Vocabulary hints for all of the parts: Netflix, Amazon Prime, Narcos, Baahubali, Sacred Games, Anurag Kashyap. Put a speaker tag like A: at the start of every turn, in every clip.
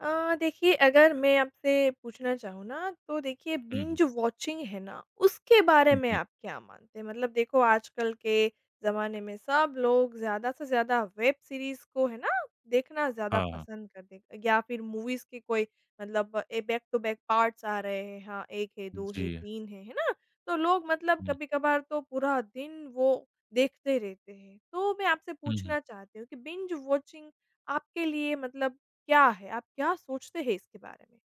A: देखिए अगर मैं आपसे पूछना चाहूँ ना तो देखिए
B: हुँ, हुँ।
A: बिंज वॉचिंग है ना उसके बारे में
B: जी।
A: आप क्या मानते हैं? मतलब देखो आजकल के ज़माने में सब लोग ज़्यादा से ज़्यादा वेब सीरीज़ को है ना देखना ज़्यादा
B: हाँ, हाँ।
A: पसंद करते हैं या फिर मूवीज़ के कोई मतलब a back to back parts आ रहे हैं हाँ 1 है 2 है
B: जी।
A: 3 है ना? तो लोग मतलब
B: हुँ,
A: कभी-कभार तो पूरा दिन वो देखते रहते हैं। तो मैं आपसे
B: हुँ, हुँ।
A: पूछना चाहती हूँ कि बिंज वॉचिंग आपके लिए मतलब क्या है? आप क्या सोचते हैं इसके बारे में?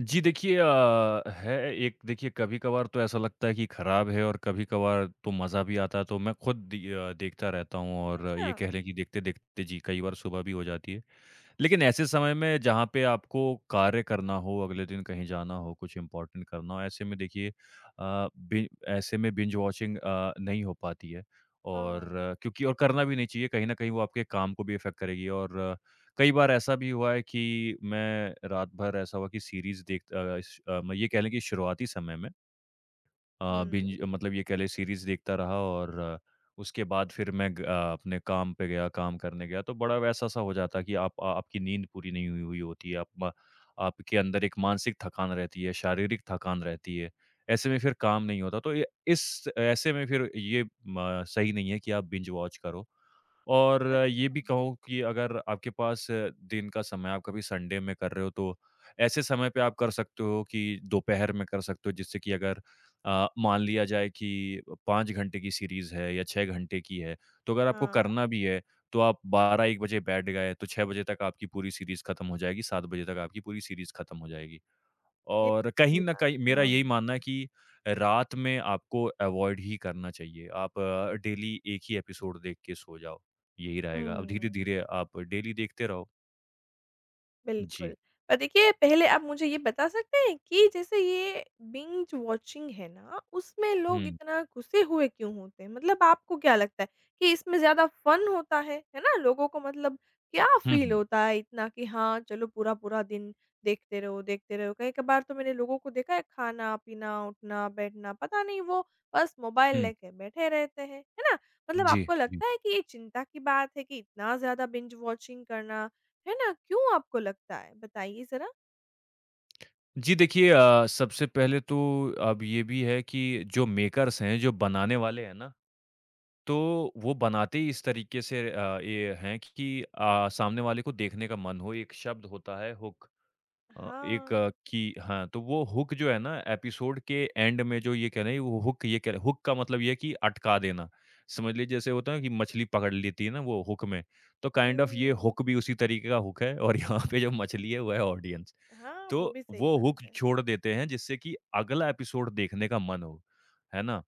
B: जी, देखिए अ, है एक देखिए कभी-कभार तो ऐसा लगता है कि खराब है और कभी-कभार तो मज़ा भी आता है, तो मैं खुद देखता रहता हूँ और
A: अच्छा।
B: ये कह लें कि देखते-देखते जी, कई बार सुबह भी हो जाती है। लेकिन ऐसे समय में जहाँ पे आपको कार्य करना हो, अगले दिन कहीं जाना हो, कुछ इम्पोर्टेंट करना हो, ऐसे में देखिए अ, बि ऐसे में बिंज वॉचिंग नहीं हो पाती है और
A: हाँ।
B: क्योंकि और करना भी नहीं चाहिए, कहीं न कहीं वो आपके काम को भी इफ़ेक्ट करेगी और कई बार ऐसा भी हुआ है कि मैं रात भर ऐसा हुआ कि सीरीज़ देख अ, श अ, मैं ये कह लें कि शुरुआती समय में
A: हुँ।
B: बिंज मतलब ये कह लें सीरीज़ देखता रहा और उसके बाद फिर मैं अपने काम पे गया, काम करने गया, तो बड़ा वैसा-सा हो जाता है कि आप आपकी नींद पूरी नहीं हुई हुई होती है, आप म आपके अंदर एक मानसिक थकान रहती है, शारीरिक थकान रहती है, ऐसे में फिर काम नहीं होता। तो ये इस ऐसे में फिर ये म सही नहीं है कि आप बिंज वॉच करो। और ये
A: अच्छा।
B: भी कहूँ कि अगर आपके पास दिन का समय आप कभी संडे में कर रहे हो तो ऐसे समय पे आप कर सकते हो कि दोपहर में कर सकते हो जिससे कि अगर मान लिया जाए कि 5 घंटे की सीरीज़ है या 6 घंटे की है, तो अगर आपको
A: हाँ,
B: करना भी है तो आप 12-1 बजे बैठ गए तो 6 बजे तक आपकी पूरी सीरीज़ खत्म हो जाएगी, 7 बजे तक आपकी पूरी सीरीज़ खत्म हो जाएगी।
A: ये
B: और कहीं
A: सही
B: न
A: बात
B: कहीं
A: है,
B: मेरा
A: हाँ।
B: यही मानना है कि रात में आपको अवॉइड ही करना चाहिए। आप डेली एक ही एपिसोड देख के सो जाओ। यही रहेगा। अब
A: हुँ।
B: धीरे-धीरे आप डेली देखते रहो।
A: बिल्कुल।
B: जी।
A: देखिए पहले आप मुझे ये बता सकते हैं कि जैसे ये बिंज वॉचिंग है ना, उसमें लोग
B: हुँ।
A: इतना घुसे हुए क्यों होते हैं? मतलब आपको क्या लगता है कि इसमें ज़्यादा फन होता है ना? लोगों को मतलब क्या
B: हुँ,
A: फ़ील
B: हुँ।
A: होता है इतना कि हाँ, चलो पूरा-पूरा दिन देखते रहो, देखते रहो। कई-कभार तो मैंने लोगों को देखा है खाना-पीना, उठना-बैठना पता नहीं वो बस मोबाइल
B: हुँ।
A: लेके बैठे रहते हैं, है ना? मतलब
B: जी,
A: आपको
B: जी।
A: लगता है कि ये चिंता की बात है कि इतना ज़्यादा बिंज वॉचिंग करना है ना? क्यों आपको लगता है? बताइए ज़रा।
B: जी देखिए सबसे पहले तो अब ये भी है कि जो मेकर्स हैं, जो बनाने वाले हैं ना, तो वो बनाते ही इस तरीके से ये हैं कि सामने वाले को देखने का मन हो। एक शब्द होता है हुक। अ, एक अ,
A: हाँ।
B: की हाँ, तो वो हुक जो है ना एपिसोड के एंड में जो ये कह रहे हैं वो हुक ये कह रहे हुक का मतलब ये है कि अटका देना। समझ लीजिए जैसे होता है कि मछली पकड़ लेती है ना वो हुक में, तो काइंड ऑफ ये हुक
A: हुँ।
B: भी उसी तरीके का हुक है और यहाँ पे जो मछली है वो है ऑडियंस।
A: हाँ,
B: तो
A: वो भी सही
B: वो हुक
A: बात है।
B: छोड़ देते हैं जिससे कि अगला एपिसोड देखने का मन हो। है ना?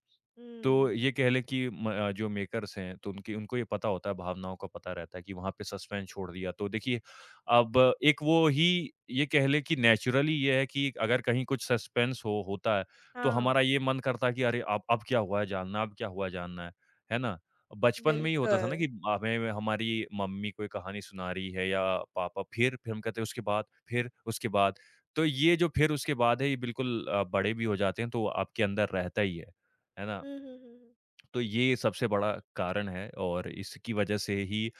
B: तो ये
A: हुँ।
B: कह लें कि जो मेकर्स हैं, तो उनकी उनको ये पता होता है, भावनाओं का पता रहता है कि वहाँ पे सस्पेंस छोड़ दिया। तो देखिए, अब एक वो ही ये कह लें कि नेचुरली ये है कि अगर कहीं कुछ सस्पेंस हो होता है, तो
A: हाँ,
B: हमारा ये मन करता है कि अरे! अब क्या हुआ है जानना है ना? बचपन में ही होता था ना
A: बिल्कुल।
B: कि हमें हमारी मम्मी कोई कहानी सुना रही है या पापा फिर हम कहते हैं उसके बाद, फिर उसके बाद। तो ये जो फिर उसके बाद है, ये बिल्कुल बड़े भी हो जाते हैं, तो आपके अंदर रहता ही है ना?
A: हुँ, हुँ, हुँ, हुँ।
B: तो ये सबसे बड़ा कारण है और इसकी वजह से ही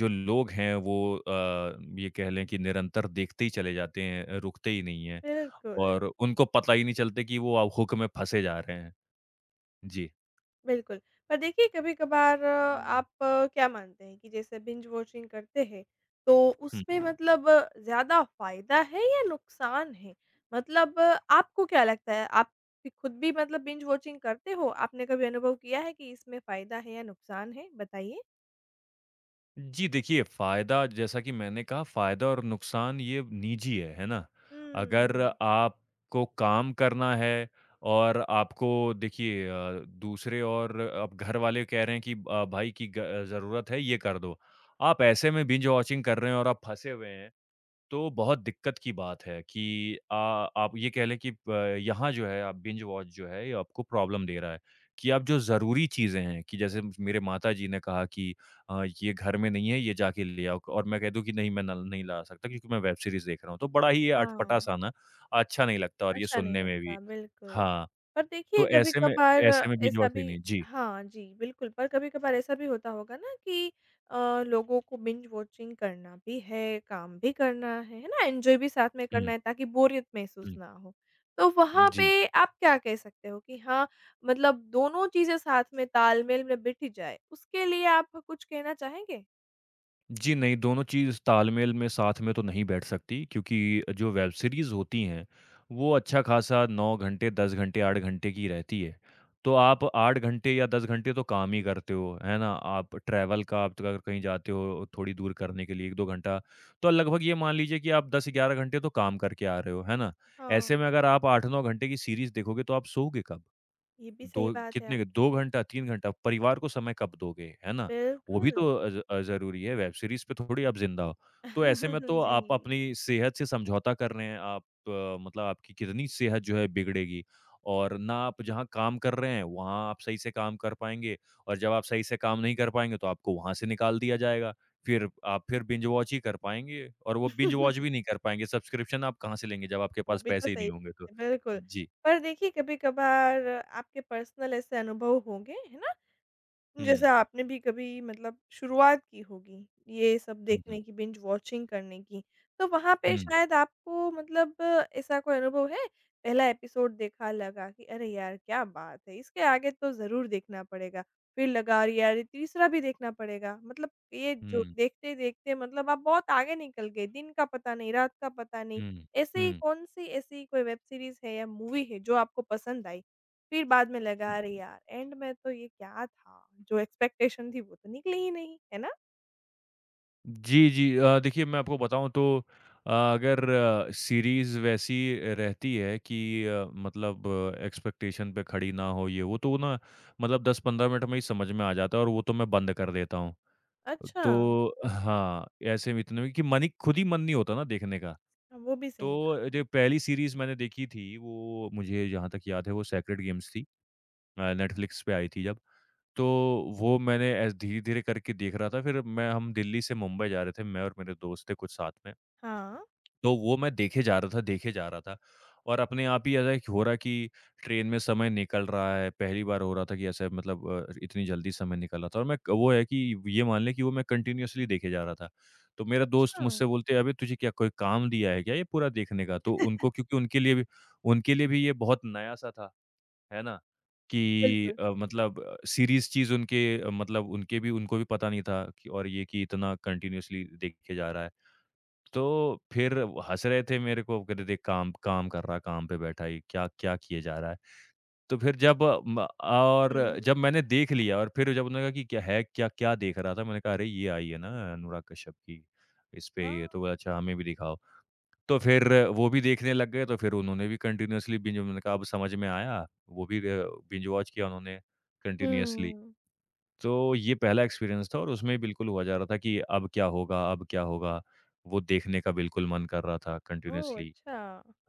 B: जो लोग हैं वो ये कह लें कि निरंतर देखते ही चले जाते हैं, रुकते ही नहीं हैं
A: बिल्कुल,
B: और उनको पता ही नहीं चलते कि वो अब हुक में फँसे जा रहे हैं। जी।
A: बिल्कुल। पर देखिए कभी-कभार आप क्या मानते हैं कि जैसे बिंज वॉचिंग करते हैं, तो
B: हुँ।
A: उसमें मतलब ज़्यादा फ़ायदा है या नुकसान है? मतलब आपको क्या लगता है? आप भी खुद भी मतलब बिंज वॉचिंग करते हो? आपने कभी अनुभव किया है कि इसमें फ़ायदा है या नुकसान है? बताइए।
B: जी देखिए, फ़ायदा जैसा कि मैंने कहा फ़ायदा और नुकसान ये निजी है ना?
A: हुँ।
B: अगर आपको काम करना है और आपको देखिए दूसरे और अब घर वाले कह रहे हैं कि भाई की ग ज़रूरत है ये कर दो। आप ऐसे में बिंज वॉचिंग कर रहे हैं और आप फँसे हुए हैं, तो बहुत दिक्कत की बात है कि आप ये कह लें कि यहाँ जो है आप बिंज वॉच जो है ये आपको प्रॉब्लम दे रहा है कि आप जो ज़रूरी चीज़ें हैं कि जैसे मेरे माता जी ने कहा कि ये घर में नहीं है ये जाके ले आओ और मैं कह दूँ कि नहीं मैं न, नहीं ला सकता क्योंकि मैं वेब सीरीज़ देख रहा हूँ तो बड़ा ही ये अटपटा
A: हाँ,
B: सा ना अच्छा नहीं लगता और ये
A: अच्छा नहीं
B: सुनने में भी
A: लगता, बिल्कुल।
B: हाँ,
A: पर देखिए
B: तो
A: कभी-कभार
B: ऐसे में बिंज
A: ऐसा
B: वॉच ही
A: भी
B: नहीं। जी।
A: हाँ जी, बिल्कुल, पर कभी-कभार ऐसा भी होता होगा ना कि लोगों को बिंज वॉचिंग करना भी है, काम भी करना है ना? एन्जॉय भी साथ में करना
B: हुँ,
A: है ताकि बोरियत महसूस
B: हुँ।
A: ना हो। तो वहाँ
B: जी।
A: पे आप क्या कह सकते हो कि हाँ, मतलब दोनों चीज़ें साथ में तालमेल में बिठ जाए, उसके लिए आप कुछ कहना चाहेंगे?
B: जी नहीं, दोनों चीज़ तालमेल में साथ में तो नहीं बैठ सकती क्योंकि जो वेब सीरीज़ होती हैं, वो अच्छा खासा 9 घंटे, 10 घंटे, 8 घंटे की रहती है। तो आप 8 घंटे या 10 घंटे तो काम ही करते हो, है ना? आप ट्रैवल का आप अगर कहीं जाते हो थोड़ी दूर करने के लिए 1-2 घंटा, तो लगभग ये मान लीजिए कि आप 10-11 घंटे तो काम करके आ रहे हो, है ना?
A: हाँ,
B: ऐसे में अगर आप 8-9 घंटे की सीरीज़ देखोगे तो आप सोओगे कब?
A: ये भी सही
B: 2
A: बात है
B: कितने का
A: आपकी।
B: 2 घंटा, 3 घंटा परिवार को समय कब दोगे, है ना? वो भी
A: बिल्कुल,
B: तो ज़रूरी है, वेब सीरीज़ पे थोड़ी आप ज़िंदा हो। तो ऐसे में तो
A: जी।
B: आप अपनी सेहत से समझौता कर रहे हैं, आप मतलब आपकी कितनी सेहत जो है बिगड़ेगी और ना आप जहाँ काम कर रहे हैं, वहाँ आप सही से काम कर पाएँगे और जब आप सही से काम नहीं कर पाएँगे, तो आपको वहाँ से निकाल दिया जाएगा। फिर आप फिर बिंज वॉच ही कर पाएँगे और वो बिंज वॉच भी नहीं कर पाएँगे, सब्सक्रिप्शन आप कहाँ से लेंगे जब आपके
A: वो
B: पास
A: भी तो
B: पैसे ही
A: सही
B: नहीं होंगे तो?
A: है, बिल्कुल।
B: जी।
A: पर देखिए कभी-कभार आपके पर्सनल ऐसे अनुभव होंगे, है ना? जैसे
B: हुँ।
A: आपने भी कभी मतलब शुरुआत की होगी, ये सब
B: हुँ, हुँ।
A: देखने की, बिंज वॉचिंग करने की, तो वहाँ पे
B: हुँ।
A: शायद आपको मतलब ऐसा कोई अनुभव है? पहला एपिसोड देखा, लगा कि अरे यार क्या बात है! इसके आगे तो ज़रूर देखना पड़ेगा। फिर लगा अरे यार ये तीसरा भी देखना पड़ेगा। मतलब ये जो
B: हुँ।
A: देखते-देखते मतलब आप बहुत आगे निकल गए, दिन का पता नहीं, रात का पता नहीं।
B: हुँ,
A: ऐसे ही
B: हुँ।
A: कौन-सी ऐसी कोई वेब सीरीज़ है या मूवी है जो आपको पसंद आई? फिर बाद में लगा अरे यार एंड में तो ये क्या था, जो एक्सपेक्टेशन थी वो तो निकली ही नहीं, है ना?
B: जी, जी। देखिए मैं आपको बताऊँ तो अगर सीरीज़ वैसी रहती है कि मतलब एक्सपेक्टेशन पे खड़ी ना हो ये वो, तो ना मतलब 10-15 मिनट में ही समझ में आ जाता है और वो तो मैं बंद कर देता हूँ।
A: अच्छा,
B: तो हाँ, ऐसे में इतने में कि मन ही खुद ही मन नहीं होता ना देखने का।
A: हाँ, वो भी सही बात
B: तो
A: है।
B: जो पहली सीरीज़ मैंने देखी थी वो मुझे जहाँ तक याद है वो सेक्रेड गेम्स थी। नेटफ्लिक्स पे आई थी जब। तो वो मैंने ऐसे धीरे-धीरे करके देख रहा था, फिर मैं हम दिल्ली से मुंबई जा रहे थे, मैं और मेरे दोस्त थे कुछ साथ में।
A: हाँ,
B: तो वो मैं देखे जा रहा था, देखे जा रहा था और अपने आप ही ऐसा एक हो रहा कि ट्रेन में समय निकल रहा है, पहली बार हो रहा था कि ऐसे मतलब इतनी जल्दी समय निकल रहा था और मैं वो है कि ये मान लें कि वो मैं कंटीन्यूअसली देखे जा रहा था। तो मेरा दोस्त
A: अच्छा,
B: मुझसे बोलते हैं, "अबे! तुझे क्या कोई काम दिया है क्या ये पूरा देखने का?" तो उनको क्योंकि उनके लिए भी ये बहुत नया-सा था। है ना? कि
A: बिल्कुल।
B: मतलब सीरीज़ चीज़ उनके मतलब उनके भी उनको भी पता नहीं था कि और ये कि इतना कंटिन्यूअसली देखे जा रहा है। तो फिर हँस रहे थे मेरे को, कहते थे काम काम कर रहा है, काम पे बैठा है ये, क्या क्या किए जा रहा है? तो फिर जब अ, म
A: हुँ,
B: और जब मैंने देख लिया और फिर जब उन्होंने कहा कि क्या है क्या क्या देख रहा था? मैंने कहा अरे ये आई है ना अनुराग कश्यप की, इस पे
A: हाँ।
B: ये तो बोला अच्छा हमें भी दिखाओ। तो फिर वो भी देखने लग गए, तो फिर उन्होंने भी कंटिन्यूअसली बिंज उन्होंने कहा अब समझ में आया, वो भी बिंज वॉच किया उन्होंने कंटिन्यूअसली।
A: हुँ।
B: तो ये पहला एक्सपीरियंस था और उसमें बिल्कुल हुआ जा रहा था कि अब क्या होगा अब क्या होगा? वो देखने का बिल्कुल मन कर रहा था
A: ओह!
B: कंटिन्यूअसली।
A: अच्छा,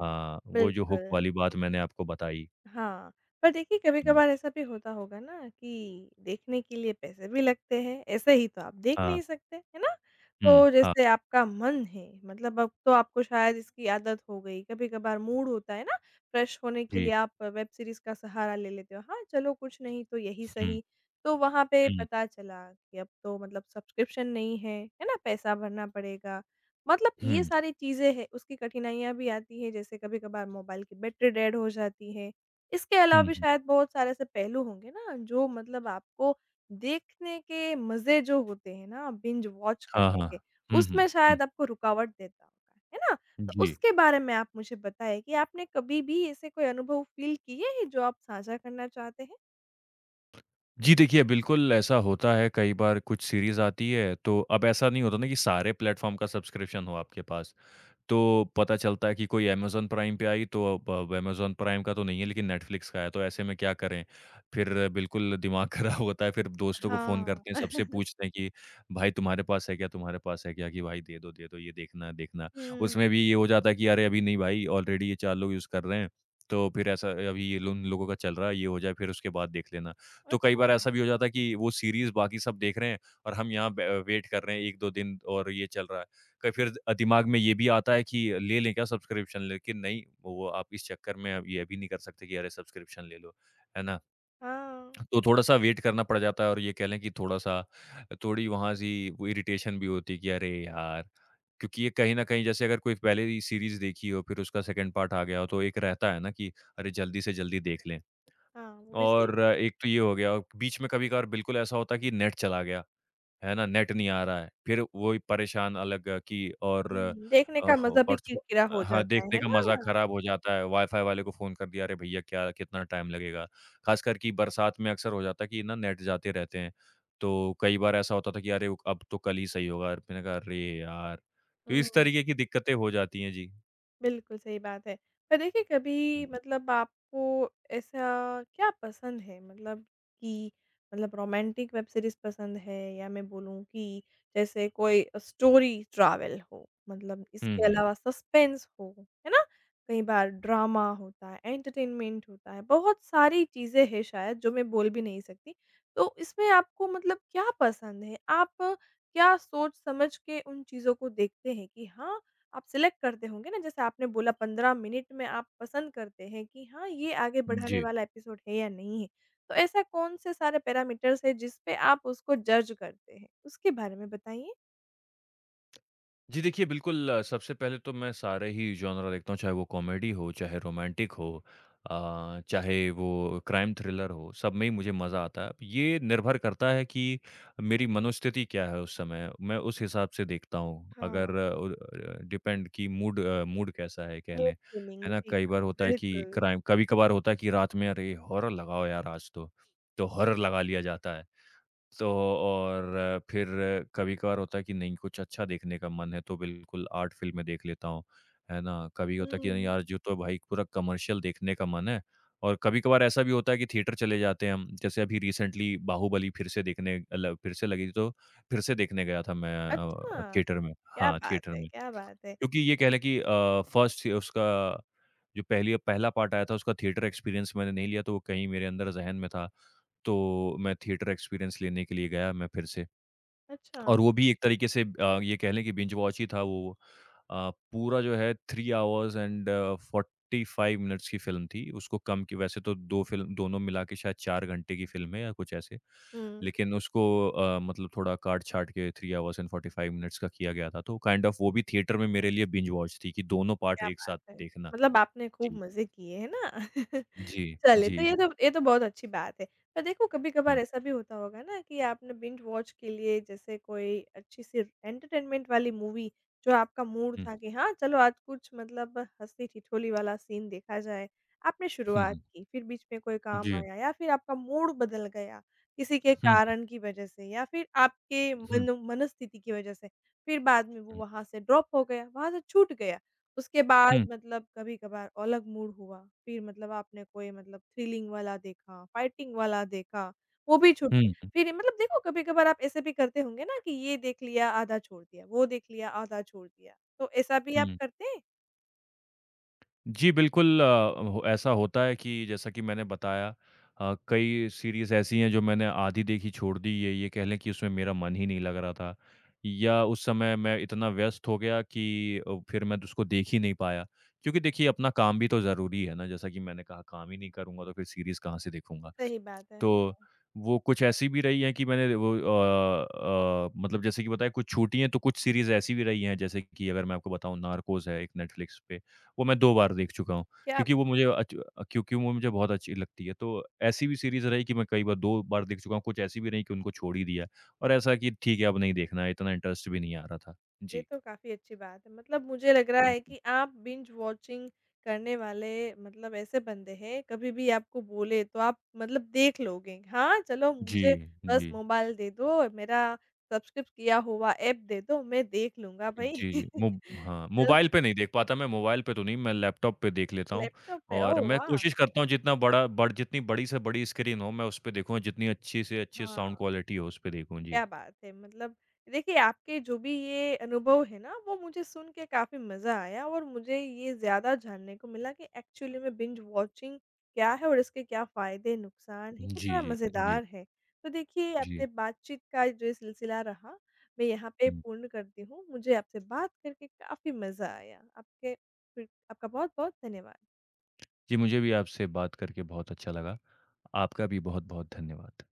B: हाँ, वो जो हुक
A: बिल्कुल।
B: वाली बात मैंने आपको बताई।
A: हाँ, पर देखिए
B: हुँ,
A: कभी-कभार ऐसा भी होता होगा ना कि देखने के लिए पैसे भी लगते हैं, ऐसे ही तो आप देख
B: हाँ,
A: नहीं सकते, है ना?
B: हुँ,
A: तो
B: हाँ,
A: जैसे आपका मन है मतलब अब तो आपको शायद इसकी आदत हो गई, कभी-कभार मूड होता है ना फ्रेश होने के लिए
B: जी,
A: आप वेब सीरीज़ का सहारा ले लेते हो, हाँ, चलो कुछ नहीं तो यही
B: हुँ,
A: सही। तो वहाँ पे
B: हुँ,
A: पता चला कि अब तो मतलब सब्सक्रिप्शन नहीं है, है ना? पैसा भरना पड़ेगा। मतलब ये
B: हुँ,
A: सारी चीज़ें हैं, उसकी कठिनाइयाँ भी आती हैं जैसे कभी-कभार मोबाइल की बैटरी डेड हो जाती है। इसके
B: हुँ,
A: अलावा भी
B: हुँ,
A: शायद बहुत सारे ऐसे पहलू होंगे ना जो मतलब आपको देखने के मज़े जो होते हैं ना बिंज वॉच
B: हाँ,
A: करने
B: हाँ।
A: के,
B: हुँ, हुँ,
A: उसमें
B: हुँ,
A: शायद आपको रुकावट देता होगा, है ना? तो
B: जी।
A: उसके बारे में आप मुझे बताएँ कि आपने कभी भी ऐसे कोई अनुभव फ़ील किए हैं जो आप साझा करना चाहते हैं?
B: जी देखिए, बिल्कुल ऐसा होता है कई बार कुछ सीरीज़ आती है, तो अब ऐसा नहीं होता ना कि सारे प्लेटफ़ॉर्म का सब्सक्रिप्शन हो आपके पास। तो पता चलता है कि कोई अमेज़न प्राइम पे आई तो अब अमेज़न प्राइम का तो नहीं है लेकिन नेटफ्लिक्स का है, तो ऐसे में क्या करें? फिर बिल्कुल दिमाग खराब होता है, फिर दोस्तों को फ़ोन
A: हाँ।
B: करते हैं, सबसे पूछते हैं कि भाई तुम्हारे पास है क्या? तुम्हारे पास है क्या? कि भाई दे दो ये देखना है, देखना है। उसमें
A: हुँ,
B: भी ये हो जाता है कि अरे अभी नहीं भाई ऑलरेडी ये 4 लोग यूज़ कर रहे हैं। तो फिर ऐसा अभी ये लो उन लोगों का चल रहा है, ये हो जाए फिर उसके बाद देख लेना। तो कई बार
A: अच्छा।
B: ऐसा भी हो जाता है कि वो सीरीज़ बाकी सब देख रहे हैं और हम यहाँ ब वेट कर रहे हैं 1-2 दिन और ये चल रहा है। क फिर दिमाग में ये भी आता है कि ले लें क्या सब्सक्रिप्शन? लेकिन नहीं, वो आप इस चक्कर में अब ये भी नहीं कर सकते कि अरे सब्सक्रिप्शन ले लो, है ना?
A: हाँ।
B: तो थोड़ा-सा वेट करना पड़ जाता है और ये कह लें कि थोड़ा-सा थोड़ी वहाँ से वो इरिटेशन भी होती है कि अरे यार! क्योंकि ये कहीं न कहीं जैसे अगर कोई पहले ही सीरीज़ देखी हो, फिर उसका सेकंड पार्ट आ गया हो, तो एक रहता है ना कि अरे जल्दी से जल्दी देख लें।
A: हाँ, वो भी सही
B: और
A: बात।
B: एक तो ये हो गया, और बीच में कभी-कभार बिल्कुल ऐसा होता है कि नेट चला गया। है ना? नेट नहीं आ रहा है। फिर वही परेशान अलग कि और
A: हुँ, देखने
B: अ,
A: का
B: हो
A: मज़ा भी
B: परसों
A: किरकिरा हो
B: हाँ,
A: जाता
B: देखने
A: है
B: का मज़ा
A: ना?
B: ख़राब हो जाता है। वाई-फाई वाले को फ़ोन कर दिया, "अरे भैया क्या कितना टाइम लगेगा?" ख़ासकर कि बरसात में अक्सर हो जाता है कि ना नेट जाते रहते हैं। तो कई बार ऐसा होता था कि अरे! अब तो कल ही सही होगा। मैंने कहा, "अरे यार!" तो इस
A: हुँ।
B: तरीके की दिक्कतें हो जाती हैं। जी।
A: बिल्कुल, सही बात है। पर देखिए कभी
B: हुँ, हुँ।
A: मतलब आपको ऐसा क्या पसंद है? मतलब कि मतलब रोमांटिक वेब सीरीज़ पसंद है या मैं बोलूँ कि जैसे कोई स्टोरी ट्रैवल हो, मतलब
B: हुँ,
A: इसके
B: हुँ।
A: अलावा सस्पेंस हो, है ना? कई बार ड्रामा होता है, एंटरटेनमेंट होता है, बहुत सारी चीज़ें हैं शायद जो मैं बोल भी नहीं सकती। तो इसमें आपको मतलब क्या पसंद है? आप क्या सोच समझ के उन चीज़ों को देखते हैं कि हाँ, आप सिलेक्ट करते होंगे ना, जैसे आपने बोला 15 मिनट में आप पसंद करते हैं कि हाँ, ये आगे बढ़ाने
B: जी।
A: वाला एपिसोड है या नहीं है। तो ऐसा कौन-से सारे पैरामीटर्स हैं जिस पे आप उसको जज करते हैं? उसके बारे में बताइए।
B: जी देखिए, बिल्कुल सबसे पहले तो मैं सारे ही जॉनरा देखता हूँ, चाहे वो कॉमेडी हो, चाहे रोमांटिक हो, चाहे वो क्राइम थ्रिलर हो, सब में ही मुझे मज़ा आता है। ये निर्भर करता है कि मेरी मनोस्थिति क्या है उस समय, मैं उस हिसाब से देखता हूँ।
A: हाँ,
B: अगर डिपेंड कि मूड कैसा है कह
A: मूड
B: लें,
A: स्विंग
B: है ना?
A: जी
B: कई
A: हाँ,
B: बार होता है कि
A: बिल्कुल।
B: क्राइम कभी-कभार होता है कि रात में अरे! हॉरर लगाओ यार आज तो हॉरर लगा लिया जाता है। तो और फिर कभी-कभार होता है कि नहीं कुछ अच्छा देखने का मन है तो बिल्कुल आर्ट फ़िल्में देख लेता हूँ, है ना? कभी होता है कि नहीं
A: हुँ।
B: यार जो तो भाई पूरा कमर्शियल देखने का मन है और कभी-कभार ऐसा भी होता है कि थिएटर चले जाते हैं हम। जैसे अभी रिसेंटली बाहुबली फिर से देखने ल फिर से लगी तो फिर से देखने गया था मैं,
A: अच्छा,
B: थिएटर में।
A: क्या
B: हाँ,
A: बात
B: थिएटर
A: है,
B: में।
A: क्या बात है!
B: क्योंकि ये कह लें कि फर्स्ट उसका जो पहली पहला पार्ट आया था उसका थिएटर एक्सपीरियंस मैंने नहीं लिया तो वो कहीं मेरे अंदर ज़हन में था, तो मैं थिएटर एक्सपीरियंस लेने के लिए गया मैं फिर से।
A: अच्छा,
B: और वो भी एक तरीके से ये कह लें कि बिंज वॉच ही था वो। पूरा जो है 3 आवर्स एंड 45 मिनट्स की फ़िल्म थी। उसको कम की वैसे तो 2 फ़िल्म दोनों मिला के शायद 4 घंटे की फ़िल्म है या कुछ ऐसे।
A: हुँ,
B: लेकिन उसको मतलब थोड़ा काट-छाँट के 3 आवर्स एंड 45 मिनट्स का किया गया था। तो काइंड ऑफ वो भी थिएटर में मेरे लिए बिंज वॉच थी कि दोनों पार्ट
A: क्या
B: एक
A: बात
B: साथ
A: है!
B: देखना।
A: मतलब आपने खूब
B: जी।
A: मज़े किए, है ना?
B: जी,
A: चले तो
B: जी,
A: ये
B: जी।
A: तो ये तो बहुत अच्छी बात है। पर देखो
B: हुँ,
A: कभी-कभार ऐसा भी होता होगा ना कि आपने बिंज वॉच के लिए जैसे कोई अच्छी-सी एंटरटेनमेंट वाली मूवी जो आपका मूड
B: हुँ।
A: था कि हाँ, चलो आज कुछ मतलब हँसी-ठिठोली वाला सीन देखा जाए। आपने
B: हुँ,
A: शुरुआत
B: हुँ।
A: की, फिर बीच में कोई काम
B: जी।
A: आया या फिर आपका मूड बदल गया किसी के
B: हुँ,
A: कारण की वजह से या फिर आपके
B: हुँ,
A: मन मनस्थिति की वजह से। फिर बाद में वो
B: हुँ,
A: वहाँ से ड्रॉप हो गया, वहाँ से छूट गया। उसके बाद
B: हुँ,
A: मतलब कभी-कभार अलग मूड हुआ, फिर मतलब आपने कोई मतलब थ्रिलिंग वाला देखा, फाइटिंग वाला देखा, वो भी छूट गया।
B: हुँ।
A: फिर मतलब देखो कभी-कभार आप ऐसे भी करते होंगे ना कि ये देख लिया, आधा छोड़ दिया, वो देख लिया, आधा छोड़ दिया। तो ऐसा भी आप
B: हुँ।
A: करते हैं?
B: जी, बिल्कुल अ, हो ऐसा होता है कि जैसा कि मैंने बताया, कई सीरीज़ ऐसी हैं जो मैंने आधी देखी छोड़ दी, ये कह लें कि उसमें मेरा मन ही नहीं लग रहा था या उस समय मैं इतना व्यस्त हो गया कि फिर मैं उसको देख ही नहीं पाया। क्योंकि देखिए अपना काम भी तो ज़रूरी है ना, जैसा कि मैंने कहा काम ही नहीं करूँगा तो फिर सीरीज़ कहाँ से देखूँगा।
A: सही बात है।
B: तो वो कुछ ऐसी भी रही हैं कि मैंने वो मतलब जैसे कि बताया कुछ छूटी हैं, तो कुछ सीरीज़ ऐसी भी रही हैं, जैसे कि अगर मैं आपको बताऊँ नार्कोज़ है एक नेटफ्लिक्स पे, वो मैं 2 बार देख चुका हूँ,
A: क्या
B: क्योंकि वो मुझे अच क्योंकि वो मुझे बहुत अच्छी लगती है। तो ऐसी भी सीरीज़ रही कि मैं कई बार 2 बार देख चुका हूँ, कुछ ऐसी भी रही कि उनको छोड़ ही दिया और ऐसा कि ठीक है अब नहीं देखना है, इतना इंटरेस्ट भी नहीं आ रहा था।
A: ये
B: जी।
A: तो काफ़ी अच्छी बात है। मतलब मुझे लग रहा
B: हुँ,
A: है
B: हुँ।
A: कि आप बिंज वॉचिंग करने वाले मतलब ऐसे बंदे हैं, कभी भी आपको बोले तो आप मतलब देख लोगे। हाँ, चलो
B: जी,
A: मुझे बस
B: जी।
A: मोबाइल दे दो, मेरा सब्सक्रिप्ट किया हुआ ऐप दे दो, मैं देख लूँगा भई।
B: जी, जी। मोब हाँ,
A: अ,
B: मोबाइल पे नहीं देख पाता मैं, मोबाइल पे तो नहीं, मैं लैपटॉप पे देख लेता हूँ
A: लैपटॉप पे
B: और
A: ओह
B: मैं
A: वाह!
B: कोशिश करता हूँ जितना बड़ा बड़ जितनी बड़ी से बड़ी स्क्रीन हो, मैं उसपे देखूँ, जितनी अच्छी से अच्छी
A: हाँ।
B: साउंड क्वालिटी हो, उसपे देखूँ। जी।
A: क्या बात है! मतलब देखिए, आपके जो भी ये अनुभव है ना, वो मुझे सुन के काफ़ी मज़ा आया और मुझे ये ज़्यादा जानने को मिला कि एक्चुअली में बिंज वॉचिंग क्या है और इसके क्या फ़ायदे, नुकसान हैं,
B: जी,
A: कितना
B: जी, जी,
A: मज़ेदार है। तो देखिए, आपसे
B: जी।
A: बातचीत का जो ये सिलसिला रहा, मैं यहाँ पे
B: हुँ।
A: पूर्ण करती हूँ। मुझे आपसे बात करके काफ़ी मज़ा आया। आपके फिर आपका बहुत-बहुत धन्यवाद।
B: जी, मुझे भी आपसे बात करके बहुत अच्छा लगा। आपका भी बहुत-बहुत धन्यवाद।